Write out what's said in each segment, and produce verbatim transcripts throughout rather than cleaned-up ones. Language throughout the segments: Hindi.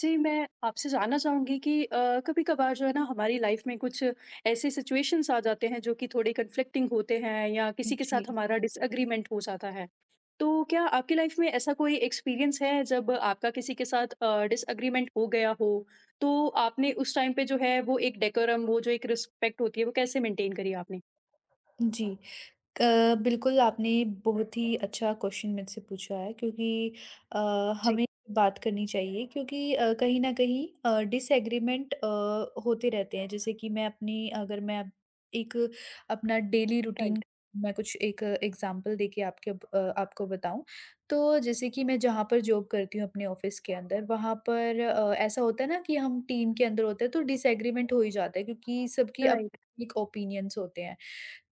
जी, मैं आपसे जानना चाहूँगी कि अ, कभी-कभार जो है ना हमारी लाइफ में कुछ ऐसे सिचुएशंस आ जाते हैं जो कि थोड़े कन्फ्लिक्टिंग होते हैं या किसी के जी, साथ हमारा डिसएग्रीमेंट हो जाता है। तो क्या आपकी लाइफ में ऐसा कोई एक्सपीरियंस है जब आपका किसी के साथ अ, डिसएग्रीमेंट हो गया हो, तो आपने उस टाइम पे जो है वो एक डेकोरम वो जो एक रिस्पेक्ट होती है वो कैसे मेंटेन करी आपने? जी। अ, बिल्कुल आपने बहुत ही अच्छा क्वेश्चन मुझसे पूछा है क्योंकि अ, जी। हमें बात करनी चाहिए क्योंकि अ, कहीं न कहीं अ, डिसएग्रीमेंट अ, होते रहते हैं। जैसे कि मैं अपनी अगर मैं अब एक अपना डेली रूटीन राइट, मैं कुछ एक एग्ज़ाम्पल देके आपके अ, आपको बताऊँ, तो जैसे कि मैं जहाँ पर जॉब करती हूँ अपने ऑफ़िस के अंदर, वहाँ पर अ, ऐसा होता है ना कि हम टीम के अंदर होते हैं तो डिसएग्रीमेंट हो ही जाता है क्योंकि सबकी अप राइट। एक ओपिनियंस होते हैं।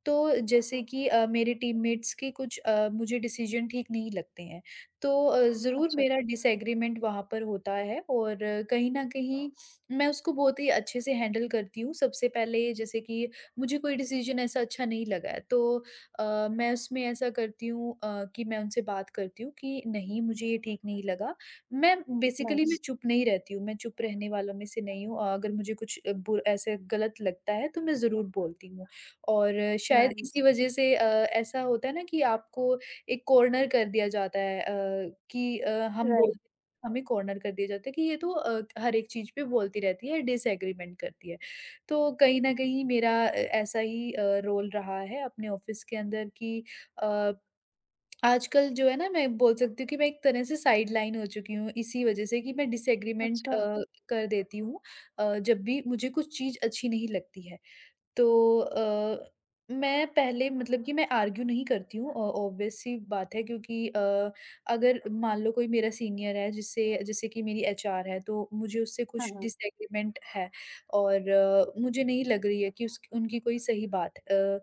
तो जैसे कि अ, मेरे टीममेट्स के कुछ अ, मुझे डिसीजन ठीक नहीं लगते हैं तो अ, ज़रूर अच्छा। मेरा डिसएग्रीमेंट वहाँ पर होता है और कहीं न कहीं मैं उसको बहुत ही अच्छे से हैंडल करती हूँ। सबसे पहले जैसे कि मुझे कोई डिसीजन ऐसा अच्छा नहीं लगा है तो अ, मैं उसमें ऐसा करती हूँ अ, कि मैं उनसे बात करती हूँ कि नहीं मुझे ये ठीक नहीं लगा। मैं बेसिकली मैं नाइस, चुप नहीं रहती हूँ, मैं चुप रहने वालों में से नहीं हूँ, अ, अगर मुझे कुछ अ, बु ऐसे गलत लगता है तो मैं ज़रूर बोलती हूँ। और शायद नाइस। इसी वज़ह से अ, ऐसा होता है ना कि आपको एक कॉर्नर कर दिया जाता है अ, कि अ, हम बोल राइट, हमें कॉर्नर कर दिया जाता है कि ये तो अ, हर एक चीज़ पे बोलती रहती है, डिसएग्रीमेंट करती है। तो कहीं न कहीं मेरा अ, ऐसा ही अ, रोल रहा है अपने ऑफ़िस के अंदर कि अ, आजकल जो है ना मैं बोल सकती हूँ कि मैं एक तरह से साइडलाइन हो चुकी हूँ इसी वज़ह से कि मैं डिसएग्रीमेंट अच्छा। अ, कर देती हूँ अ, जब भी मुझे कुछ चीज़ अच्छी नहीं लगती है। तो अ, मैं पहले मतलब कि मैं आर्ग्यू नहीं करती हूँ, ऑ ऑब्वियस सी बात है क्योंकि अ, अगर मान लो कोई मेरा सीनियर है जिससे जैसे कि मेरी एचआर है तो मुझे उससे हाँ, कुछ हाँ। डिसएग्रीमेंट है और अ, मुझे नहीं लग रही है कि उस उनकी कोई सही बात अ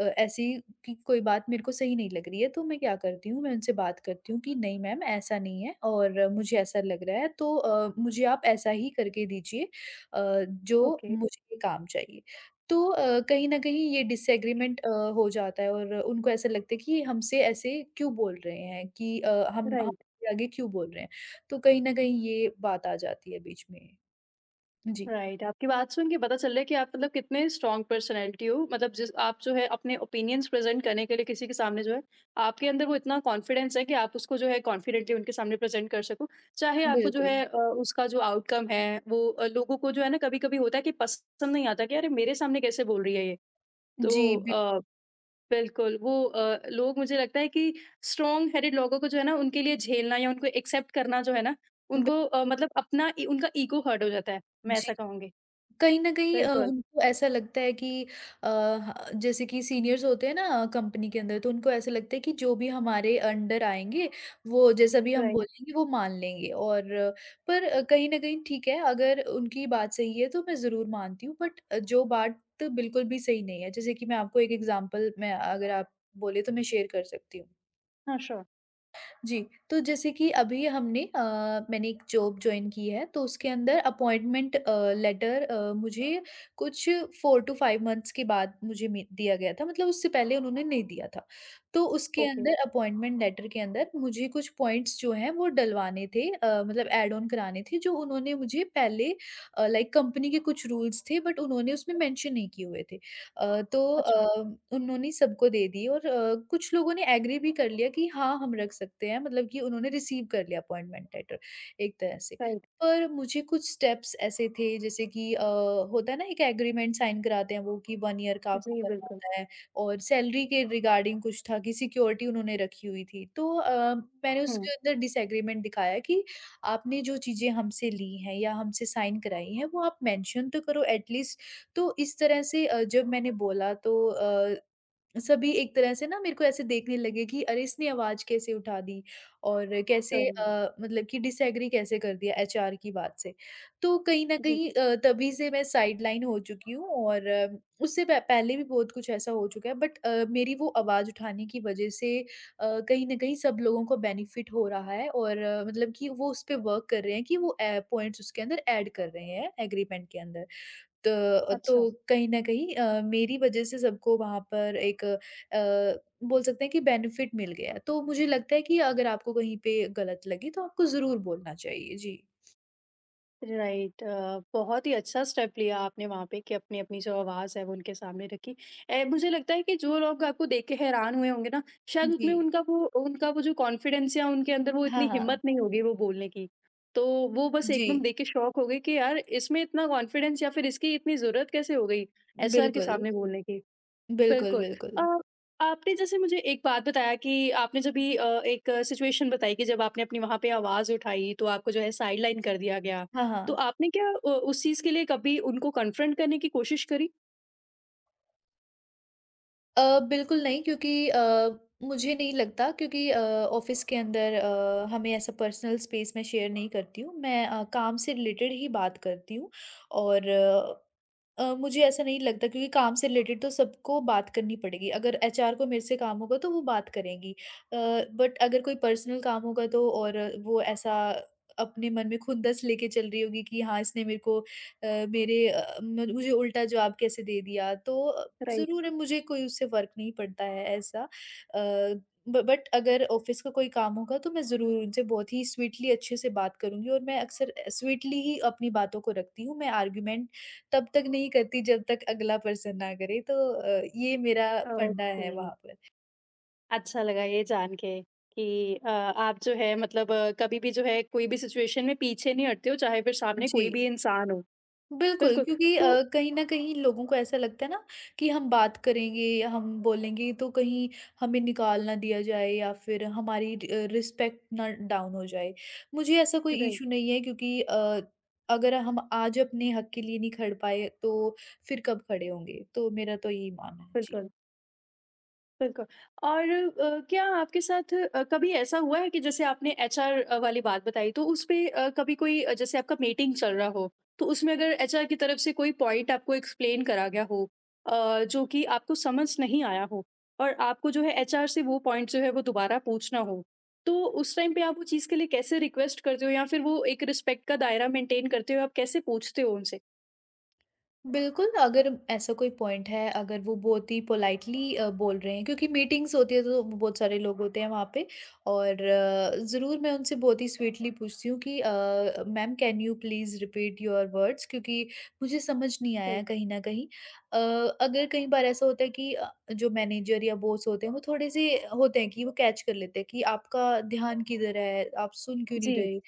अ, ऐसी कि कोई बात मेरे को सही नहीं लग रही है तो मैं क्या करती हूँ, मैं उनसे बात करती हूँ कि नहीं मैम ऐसा नहीं है और अ, मुझे ऐसा लग रहा है तो अ, मुझे आप ऐसा ही करके दीजिए अ, जो ओके, मुझे काम चाहिए। तो अ, कहीं न कहीं ये डिसएग्रीमेंट अ, हो जाता है और उनको ऐसा लगता है कि ये हमसे ऐसे क्यों बोल रहे हैं कि अ, हम राइट। हमारे आगे क्यों बोल रहे हैं। तो कहीं न कहीं ये बात आ जाती है बीच में। जी, राइट right. आपकी बात सुन के पता चल रहा है कि आप मतलब कितने स्ट्रॉन्ग पर्सनैलिटी हो, मतलब जिस आप जो है अपने ओपिनियंस प्रेजेंट करने के लिए किसी के सामने जो है आपके अंदर वो इतना कॉन्फिडेंस है कि आप उसको जो है कॉन्फिडेंटली उनके सामने प्रेजेंट कर सको, चाहे आपको जो बिल्कुल। है अ, उसका जो आउटकम है वो अ, लोगों को जो है ना कभी कभी होता है कि पसंद नहीं आता कि अरे मेरे सामने कैसे बोल रही है ये। तो जी, बिल अ, बिल्कुल वो अ, लोग मुझे लगता है कि स्ट्रॉन्ग हेडेड लोगों को जो है ना उनके लिए झेलना या उनको एक्सेप्ट करना जो है ना बिल उनको अ, मतलब अपना ई- उनका ईगो हर्ट हो जाता है, मैं जी। ऐसा कहूंगी। कहीं न कहीं अ, बिल्कुल, उनको ऐसा लगता है कि अ, ह जैसे कि सीनियर्स होते हैं ना कंपनी के अंदर, तो उनको ऐसा लगता है कि जो भी हमारे अंडर आएँगे, वो जैसा भी हम राइट। बोलेंगे वो मान लेंगे और अ, पर अ, कहीं न कहीं ठीक है, अगर उनकी बात सही है तो मैं ज़रूर मानती हूँ, बट अ, जो बात बिल्कुल भी सही नहीं है, जैसे कि मैं आपको एक एग्ज़ाम्पल, मैं अगर आप बोले तो मैं शेयर कर सकती हूँ। हाँ, श्योर। जी, तो जैसे कि अभी हमने अ, मैंने एक जॉब जॉइन की है, तो उसके अंदर अपॉइंटमेंट अ, लेटर अ, मुझे कुछ फोर टू फाइव मंथ्स के बाद मुझे मि दिया गया था, मतलब उससे पहले उन्होंने नहीं दिया था। तो उसके ओके, अंदर अपॉइंटमेंट लेटर के अंदर मुझे कुछ पॉइंट्स जो हैं, वो डलवाने थे, अ, मतलब ऐड ऑन कराने थे, जो उन्होंने मुझे पहले अ, लाइक कंपनी के कुछ रूल्स थे, बट उन्होंने उसमें मेंशन नहीं किए हुए थे। अ, तो अच्छा, अ, उन्होंने सबको दे दी और अ, कुछ लोगों ने एग्री भी कर लिया कि हाँ, हम रख सकते हैं, मतलब कि उन्होंने रिसीव कर लिया अपॉइंटमेंट लेटर एक तरह से। राइट, पर मुझे कुछ स्टेप्स ऐसे थे, जैसे कि अ, होता है ना एक एग्रीमेंट साइन कराते हैं वो कि वन ईयर का आपको जी, करना बिल्कुल, होता है और सैलरी के रिगार्डिंग कुछ था कि सिक्योरिटी उन्होंने रखी हुई थी। तो अ, मैंने हुँ, उसके अंदर डिसएग्रीमेंट दिखाया कि आपने जो चीज़ें हमसे ली हैं या हमसे साइन कराई हैं वो आप मेंशन तो करो एटलीस्ट। तो इस तरह से अ, जब मैंने बोला तो अ, सभी एक तरह से ना मेरे को ऐसे देखने लगे कि अरे इसने आवाज़ कैसे उठा दी और कैसे राइट, अ, मतलब कि डिसएग्री कैसे कर दिया एचआर की बात से। तो कहीं न जी, कहीं अ, तभी से मैं साइडलाइन हो चुकी हूँ और अ, उससे प पहले भी बहुत कुछ ऐसा हो चुका है, बट अ, मेरी वो आवाज़ उठाने की वजह से अ, कहीं न कहीं सब लोगों को बेनिफिट हो रहा है और अ, मतलब कि वो उस पे वर्क कर रहे हैं कि वो ए पॉइंट्स उसके अंदर ऐड कर रहे हैं एग्रीमेंट के अंदर। त अ, अच्छा। तो कहीं न कहीं अ, मेरी वजह से सबको वहाँ पर एक अ, बोल सकते हैं कि बेनिफिट मिल गया। तो मुझे लगता है कि अगर आपको कहीं पे गलत लगी तो आपको ज़रूर बोलना चाहिए। जी। राइट। अ, बहुत ही अच्छा स्टेप लिया आपने वहाँ पे कि अपनी-अपनी जो आवाज़ है वो उनके सामने रखी। ए, मुझे लगता है कि जो लोग आपको देख के हैरान हुए होंगे ना, शायद जी। उसमें उनका वो उनका वो जो कॉन्फिडेंस या उनके अंदर वो इतनी हाँ, हाँ। हिम्मत नहीं होगी वो बोलने की। तो वो बस जी। एकदम देख के शॉक हो गए कि यार इसमें इतना कॉन्फिडेंस या फिर इसकी इतनी ज़रूरत कैसे हो गई एस आर के बिल्कुल। सामने बोलने की। बिल्कुल, बिल्कुल। अ, बिल्कुल। आपने जैसे मुझे एक बात बताया कि आपने जब भी अ, एक सिचुएशन बताई कि जब आपने अपनी वहाँ पे आवाज़ उठाई, तो आपको जो है साइडलाइन कर दिया गया। हाँ, तो हाँ। आपने क्या अ, उस चीज़ के लिए कभी उनको कन्फ्रंट करने की कोशिश करी? अ, बिल्कुल नहीं क्योंकि अ, मुझे नहीं लगता क्योंकि अ, ऑफ़िस के अंदर अ, हमें ऐसा पर्सनल स्पेस मैं शेयर नहीं करती हूँ। मैं अ, काम से रिलेटेड ही बात करती हूँ और अ, अ, मुझे ऐसा नहीं लगता क्योंकि काम से रिलेटेड तो सबको बात करनी पड़ेगी। अगर एचआर को मेरे से काम होगा तो वो बात करेंगी। अ, बट अगर कोई पर्सनल काम होगा तो और वो ऐसा अपने मन में खुंदस लेके चल रही होगी कि हाँ, इसने मेरे को अ, मेरे अ, म मुझे उल्टा जवाब कैसे दे दिया? तो अ, राइट, ज़रूर है, मुझे कोई उससे फ़र्क नहीं पड़ता है ऐसा। अ, ब बट अगर ऑफ़िस का कोई काम होगा तो मैं ज़रूर उनसे बहुत ही स्वीटली अच्छे से बात करूँगी और मैं अक्सर अ, स्वीटली ही अपनी बातों को रखती हूँ। मैं आर्ग्यूमेंट तब तक नहीं करती जब तक अगला पर्सन ना करे, तो अ, ये मेरा फंडा ओके। है वहाँ पर। अच्छा लगा ये जान के कि अ, आप जो है मतलब अ, कभी भी जो है कोई भी सिचुएशन में पीछे नहीं हटते हो, चाहे फिर सामने जी। कोई भी इंसान हो। बिल्कुल, बिल्कुल, क्योंकि अ, तो कहीं न कहीं लोगों को ऐसा लगता है ना कि हम बात करेंगे, हम बोलेंगे तो कहीं हमें निकाल ना दिया जाए या फिर हमारी अ, रिस्पेक्ट ना डाउन हो जाए। मुझे ऐसा कोई राइट, इश्यू नहीं है क्योंकि अ, अगर हम आज अपने हक के लिए नहीं खड़ पाए तो फिर कब खड़े होंगे? तो मेरा तो यही मानना है। जी। बिल्कुल। बिल्कुल। और अ, क्या आपके साथ अ, कभी ऐसा हुआ है कि जैसे आपने एच आर वाली बात बताई, तो उस पे अ, कभी कोई अ, जैसे आपका मीटिंग चल रहा हो, तो उसमें अगर एच आर की तरफ से कोई पॉइंट आपको एक्सप्लेन करा गया हो, अ, जो कि आपको समझ नहीं आया हो और आपको जो है एच आर से वो पॉइंट जो है वो दोबारा पूछना हो, तो उस टाइम पे आप वो चीज़ के लिए कैसे रिक्वेस्ट करते हो या फिर वो एक रिस्पेक्ट का दायरा मेंटेन करते हो, आप कैसे पूछते हो उनसे? बिल्कुल, अगर ऐसा कोई पॉइंट है, अगर वो बहुत ही पोलाइटली अ, बोल रहे हैं क्योंकि मीटिंग्स होती है तो बहुत सारे लोग होते हैं वहाँ पे और ज़रूर मैं उनसे बहुत ही स्वीटली पूछती हूँ कि uh, ma'am can you please repeat your words, क्योंकि मुझे समझ नहीं आया राइट। कहीं न कहीं। अ, अगर कई बार ऐसा होता है कि अ, जो मैनेजर या बॉस होते हैं वो थोड़े-से होते हैं कि वो कैच कर लेते हैं कि आपका ध्यान किधर है, आप सुन क्यों नहीं जी। रहे?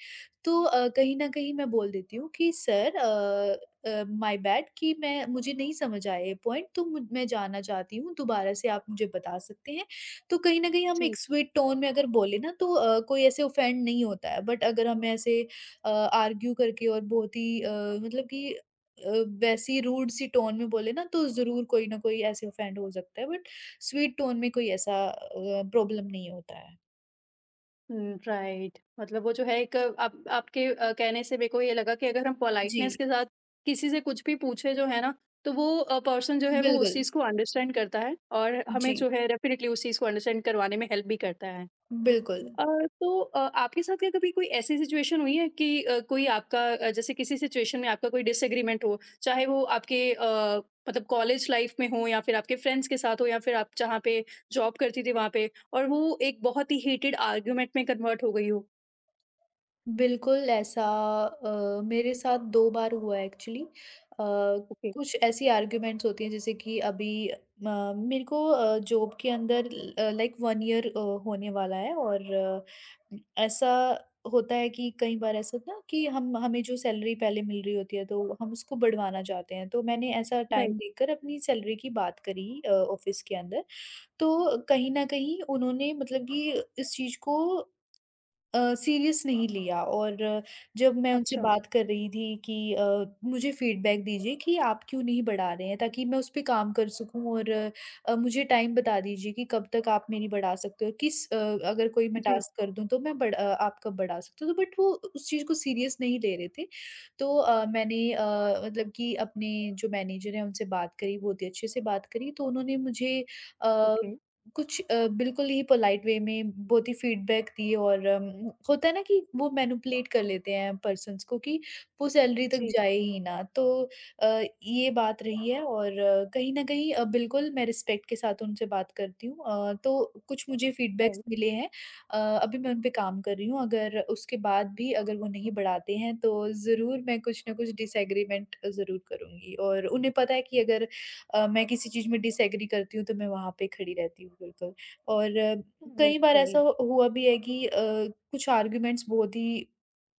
तो अ, कहीं न कहीं मैं बोल देती हूँ कि sir uh uh, my bad, कि मैं मुझे नहीं समझ आया ये पॉइंट, तो मु मैं जानना चाहती हूँ, दोबारा से आप मुझे बता सकते हैं। तो कहीं न कहीं हम जी। एक स्वीट टोन में अगर बोले ना तो अ, कोई ऐसे ऑफेंड नहीं होता है। बट अगर हम ऐसे अ, आर्ग्यू करके और बहुत ही अ, मतलब कि अ, वैसी रूड सी टोन में बोले ना तो ज़रूर कोई ना कोई ऐसे ऑफेंड हो सकता है, बट स्वीट टोन में कोई ऐसा अ, प्रॉब्लम नहीं होता है। हुँ, राइट। मतलब वो जो है एक आप आपके अ, कहने से मेरे को ये लगा कि अगर हम जी, पोलाइटनेस के साथ किसी से कुछ भी पूछे जो है ना, तो वो अ, पर्सन जो है वो उस बिल्कुल। चीज़ को अंडरस्टैंड करता है और हमें जी, जो है डेफ़िनेटली उस चीज़ को अंडरस्टैंड करवाने में हेल्प भी करता है। बिल्कुल। अ, तो अ, आपके साथ क्या कभी कोई ऐसी सिचुएशन हुई है कि अ, कोई आपका अ, जैसे किसी सिचुएशन में आपका कोई डिसएग्रीमेंट हो, चाहे वो आपके अ, मतलब कॉलेज लाइफ में हो या फिर आपके फ्रेंड्स के साथ हो या फिर आप जहाँ पे जॉब करती थी वहाँ पे, और वो एक बहुत ही हेटेड आर्ग्यूमेंट में कन्वर्ट हो गई हो? बिल्कुल ऐसा अ, मेरे साथ दो बार हुआ है एक्चुअली। अ, ओके। कुछ ऐसी आर्ग्यूमेंट्स होती हैं, जैसे कि अभी अ, मेरे को अ, जॉब के अंदर uh, like one year uh, होने वाला है और अ, ऐसा होता है कि कई बार ऐसा होता है ना कि हम हमें जो सैलरी पहले मिल रही होती है तो हम उसको बढ़वाना चाहते हैं। तो मैंने ऐसा टाइम राइट। देखकर अपनी सैलरी की बात करी, अ, ऑफ़िस के अंदर। तो कहीं न कहीं उन्होंने मतलब कि इस चीज़ को अ, सीरियस नहीं लिया और अ, जब मैं उनसे अच्छा। बात कर रही थी कि अ, मुझे फीडबैक दीजिए कि आप क्यों नहीं बढ़ा रहे हैं ताकि मैं उस पे काम कर सकूँ और अ, अ, मुझे टाइम बता दीजिए कि कब तक आप मेरी बढ़ा सकते हो, किस अ, अगर कोई मैं जी। टास्क कर दूँ तो मैं बढ़ अ, आप कब बढ़ा सकते हो, तो बट वो उस चीज़ को सीरियस नहीं ले रहे थे। तो अ, मैंने अ, मतलब कि अपने जो मैनेजर हैं उनसे बात करी, बहुत ही अच्छे से बात करी, तो उन्होंने मुझे अ ओके। कुछ अ, बिल्कुल ही पोलाइट वे में बहुत ही फीडबैक दी और अम, होता है ना कि वो मैनिपुलेट कर लेते हैं पर्सन्स को कि वो सैलरी तक जी। जाए ही ना। तो अ, ये बात रही है और अ, कहीं न कहीं अ, बिल्कुल मैं रिस्पेक्ट के साथ उनसे बात करती हूँ। अ, तो कुछ मुझे फीडबैक्स राइट। मिले हैं, अ, अभी मैं उन पे काम कर रही हूँ, अगर उसके बाद भी अगर वो नहीं बढ़ाते हैं तो ज़रूर मैं कुछ ना कुछ डिसएग्रीमेंट ज़रूर करूँगी और उन्हें पता है कि अगर अ, मैं किसी चीज़ में डिसएग्री करती हूँ तो मैं वहाँ पे खड़ी रहती हूँ बिल्कुल। और अ, कई बार ओके। ऐसा हु हुआ भी है कि अ, कुछ आर्ग्यूमेंट्स बहुत ही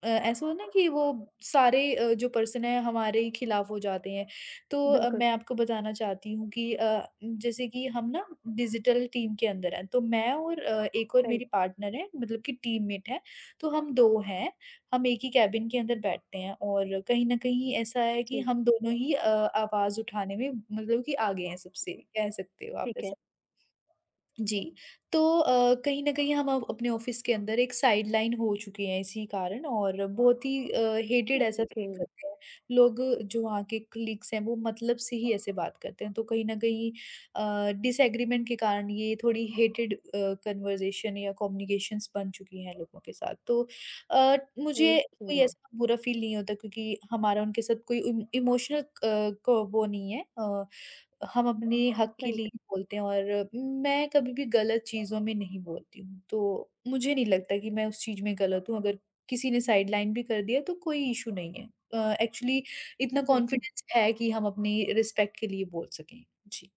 अ, ऐसा हो ना कि वो सारे अ, जो पर्सन है हमारे ही खिलाफ हो जाते हैं। तो अ, बिल्कुल। मैं आपको बताना चाहती हूँ कि अ, जैसे कि हम ना डिजिटल टीम के अंदर हैं। तो मैं और अ, एक और राइट। मेरी पार्टनर है मतलब कि टीममेट है। तो हम दो हैं। हम एक ही केबिन के अंदर बैठते हैं और कहीं न कहीं ऐसा है कि जी। हम दोनों ही अ, आवाज़ उठाने में मतलब कि आगे हैं सबसे, कह सकते हो आप ठीक है। ऐसा। जी, तो अ, कहीं न कहीं हम अब अपने ऑफ़िस के अंदर एक साइडलाइन हो चुके हैं इसी कारण और बहुत ही अ, हेटेड ऐसा फ़ील ओके, करते हैं। लोग जो वहाँ के कलीग्स हैं वो मतलब से ही ऐसे बात करते हैं, तो कहीं न कहीं अ, डिसएग्रीमेंट के कारण ये थोड़ी हेटेड अ, कन्वर्सेशन या कम्युनिकेशंस बन चुकी हैं लोगों के साथ। तो अ, मुझे ओके। कोई ऐसा बुरा फ़ील नहीं होता क्योंकि हमारा उनके साथ कोई इम इमोशनल अ, क वो नहीं है। अ हम अपने हक के लिए राइट। ही बोलते हैं और मैं कभी भी गलत चीज़ों में नहीं बोलती हूँ। तो मुझे नहीं लगता कि मैं उस चीज़ में गलत हूँ, अगर किसी ने साइडलाइन भी कर दिया तो कोई इश्यू नहीं है। अ, एक्चुअली इतना बिल्कुल। कॉन्फिडेंस है कि हम अपनी रिस्पेक्ट के लिए बोल सकें। जी।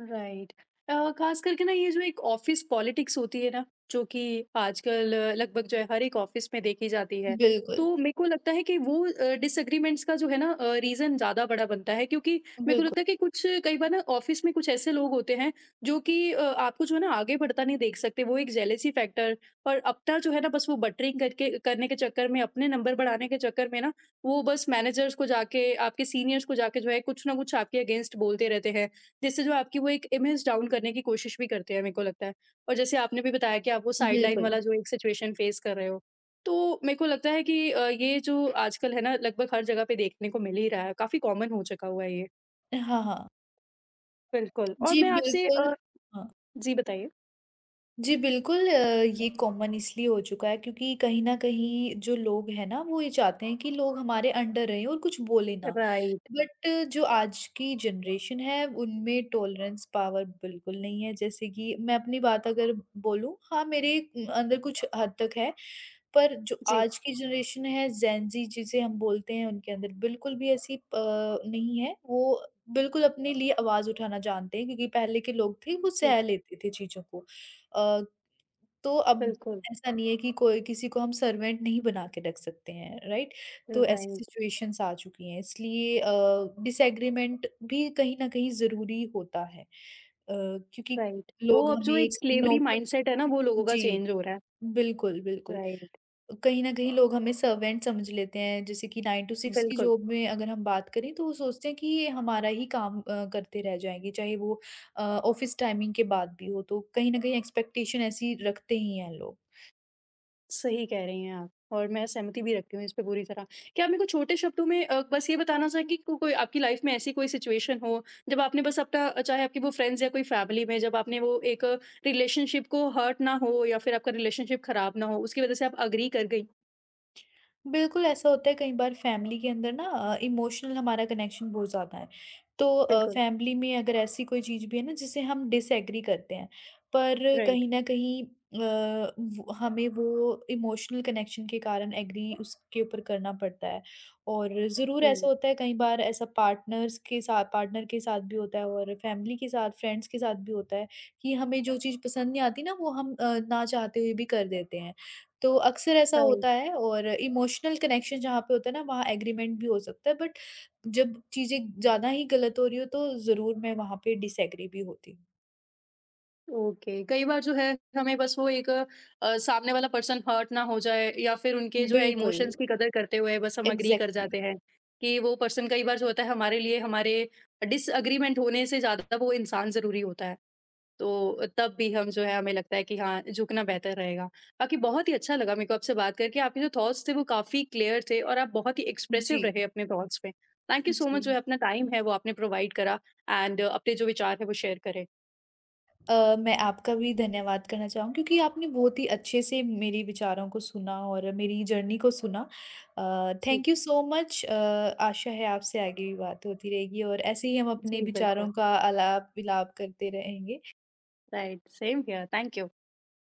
राइट। अ, खास करके ना ये जो एक ऑफिस पॉलिटिक्स होती है ना, जो कि आजकल अ, लगभग जो है हर एक ऑफिस में देखी जाती है, बिल्कुल, तो मेरे को लगता है कि वो डिसएग्रीमेंट्स का जो है ना रीजन ज्यादा बड़ा बनता है, क्योंकि मेरे को बिल्कुल, लगता है कि कुछ कई बार ना ऑफिस में कुछ ऐसे लोग होते हैं जो कि अ, आपको जो है ना आगे बढ़ता नहीं देख सकते, वो एक जेलेसी फैक्टर और अपना जो है ना बस वो बटरिंग करके करने के चक्कर में, अपने नंबर बढ़ाने के चक्कर में ना, वो बस मैनेजर्स को जाके आपके सीनियर्स को जाके जो है कुछ ना कुछ आपके अगेंस्ट बोलते रहते हैं, जिससे जो आपकी वो एक इमेज डाउन करने की कोशिश भी करते हैं, मेरे को लगता है। और जैसे आपने भी बताया कि आप वो साइडलाइन बिल्कुल। वाला जो एक सिचुएशन फेस कर रहे हो, तो मेरे को लगता है कि अ, ये जो आजकल है ना लगभग हर जगह पे देखने को मिल ही रहा है, काफ़ी कॉमन हो चुका हुआ है ये। हाँ, हाँ। बिल्कुल। और जी, मैं आपसे बिल्कुल अ हाँ। जी, बताइए? जी, बिल्कुल, अ, ये कॉमन इसलिए हो चुका है क्योंकि कहीं न कहीं जो लोग हैं ना, वो ये चाहते हैं कि लोग हमारे अंडर रहें और कुछ बोले ना। राइट। बट जो आज की जनरेशन है उनमें टॉलरेंस पावर बिल्कुल नहीं है। जैसे कि मैं अपनी बात अगर बोलूँ, हाँ, मेरे अंदर कुछ हद तक है। पर जो जी, आज की जनरेशन है ज़ेनज़ी जिसे हम बोलते हैं उनके अंदर बिल्कुल भी ऐसी प नहीं है। वो बिल्कुल अपने लिए आवाज़ उठाना जानते हैं क्योंकि पहले के लोग थे वो जी। सह लेते थे चीज़ों को। अ, तो अब बिल्कुल। ऐसा नहीं है कि कोई किसी को हम सर्वेंट नहीं बना के रख सकते हैं, राइट? तो ऐसी राइट, सिचुएशंस आ चुकी हैं इसलिए अ, डिसएग्रीमेंट भी कहीं न कहीं ज़रूरी होता है। अ, क्योंकि राइट। वो लोग अब हमें जो एक एक स्लेवरी नौकर, माइंडसेट है ना, वो लोगों का जी, चेंज हो रहा है। बिल्कुल, बिल्कुल। राइट। कहीं न कहीं लोग हमें सर्वेंट समझ लेते हैं जैसे कि नाइन टू सिक्स की बिल्कुल। जॉब में अगर हम बात करें तो वो सोचते हैं कि ये हमारा ही काम अ, करते रह जाएँगे, चाहे वो अ, ऑफ़िस टाइमिंग के बाद भी हो, तो कहीं न कहीं एक्सपेक्टेशन ऐसी रखते ही हैं लोग। सही कह रही हैं आप और मैं सहमति भी रखती हूँ इस पे पूरी तरह। क्या आप मेरे को छोटे शब्दों में अ, बस ये बताना सा कि को कोई आपकी लाइफ में ऐसी कोई सिचुएशन हो, जब आपने बस अपना अ, चाहे आपकी वो फ्रेंड्स या कोई फैमिली में जब आपने वो एक रिलेशनशिप को हर्ट ना हो या फिर आपका रिलेशनशिप खराब ना हो, उसकी वजह से आप एग्री कर गई? बिल्कुल ऐसा होता है कई बार। फैमिली के अंदर ना इमोशनल हमारा कनेक्शन बहुत ज़्यादा है। तो बिल्कुल, फैमिली में अगर ऐसी कोई चीज़ भी है ना जिसे हम डिसएग्री करते हैं, पर राइट, कहीं न कहीं अ, वो हमें वो इमोशनल कनेक्शन के कारण एग्री उसके ऊपर करना पड़ता है। और ज़रूर हुँ, ऐसा होता है कई बार। ऐसा पार्टनर्स के साथ पार्टनर के साथ भी होता है और फैमिली के साथ, फ्रेंड्स के साथ भी होता है कि हमें जो चीज़ पसंद नहीं आती ना वो हम अ, ना चाहते हुए भी कर देते हैं। तो अक्सर ऐसा होता राइट। है और इमोशनल कनेक्शन जहाँ पे होता है ना वहाँ एग्रीमेंट भी हो सकता है, बट जब चीज़ें ज़्यादा ही गलत हो रही हो तो ज़रूर मैं वहाँ पे डिसएग्री भी होती ओके, कई बार जो है हमें बस वो एक अ, सामने वाला पर्सन हर्ट ना हो जाए या फिर उनके हूँ। जो है बिल्कुल, इमोशंस की कदर करते हुए बस हम एग्री कर जाते एग्ज़ैक्टली। हैं कि वो पर्सन कई बार जो होता है हमारे लिए हमारे डिसएग्रीमेंट होने से ज़्यादा वो इंसान ज़रूरी होता है। तो तब भी हम जो है हमें लगता है कि हाँ, झुकना बेहतर रहेगा। बाकी बहुत ही अच्छा लगा मेरे को आपसे बात करके, आपके जो थॉट्स थे वो काफ़ी क्लियर थे और आप बहुत ही एक्सप्रेसिव जी, रहे अपने थॉट्स पे। थैंक यू सो मच, जो है जी। अपना टाइम है वो आपने प्रोवाइड करा एंड अपने जो विचार है वो शेयर करे। अ, मैं आपका भी धन्यवाद करना चाहूँगी क्योंकि आपने बहुत ही अच्छे से मेरे विचारों को सुना और मेरी जर्नी को सुना। अ, जी, थैंक यू सो मच, अ, आशा है आपसे आगे भी बात होती रहेगी और ऐसे ही हम अपने जी बिल्कुल। विचारों का आलाप-विलाप करते रहेंगे। Right. Same here. Thank you.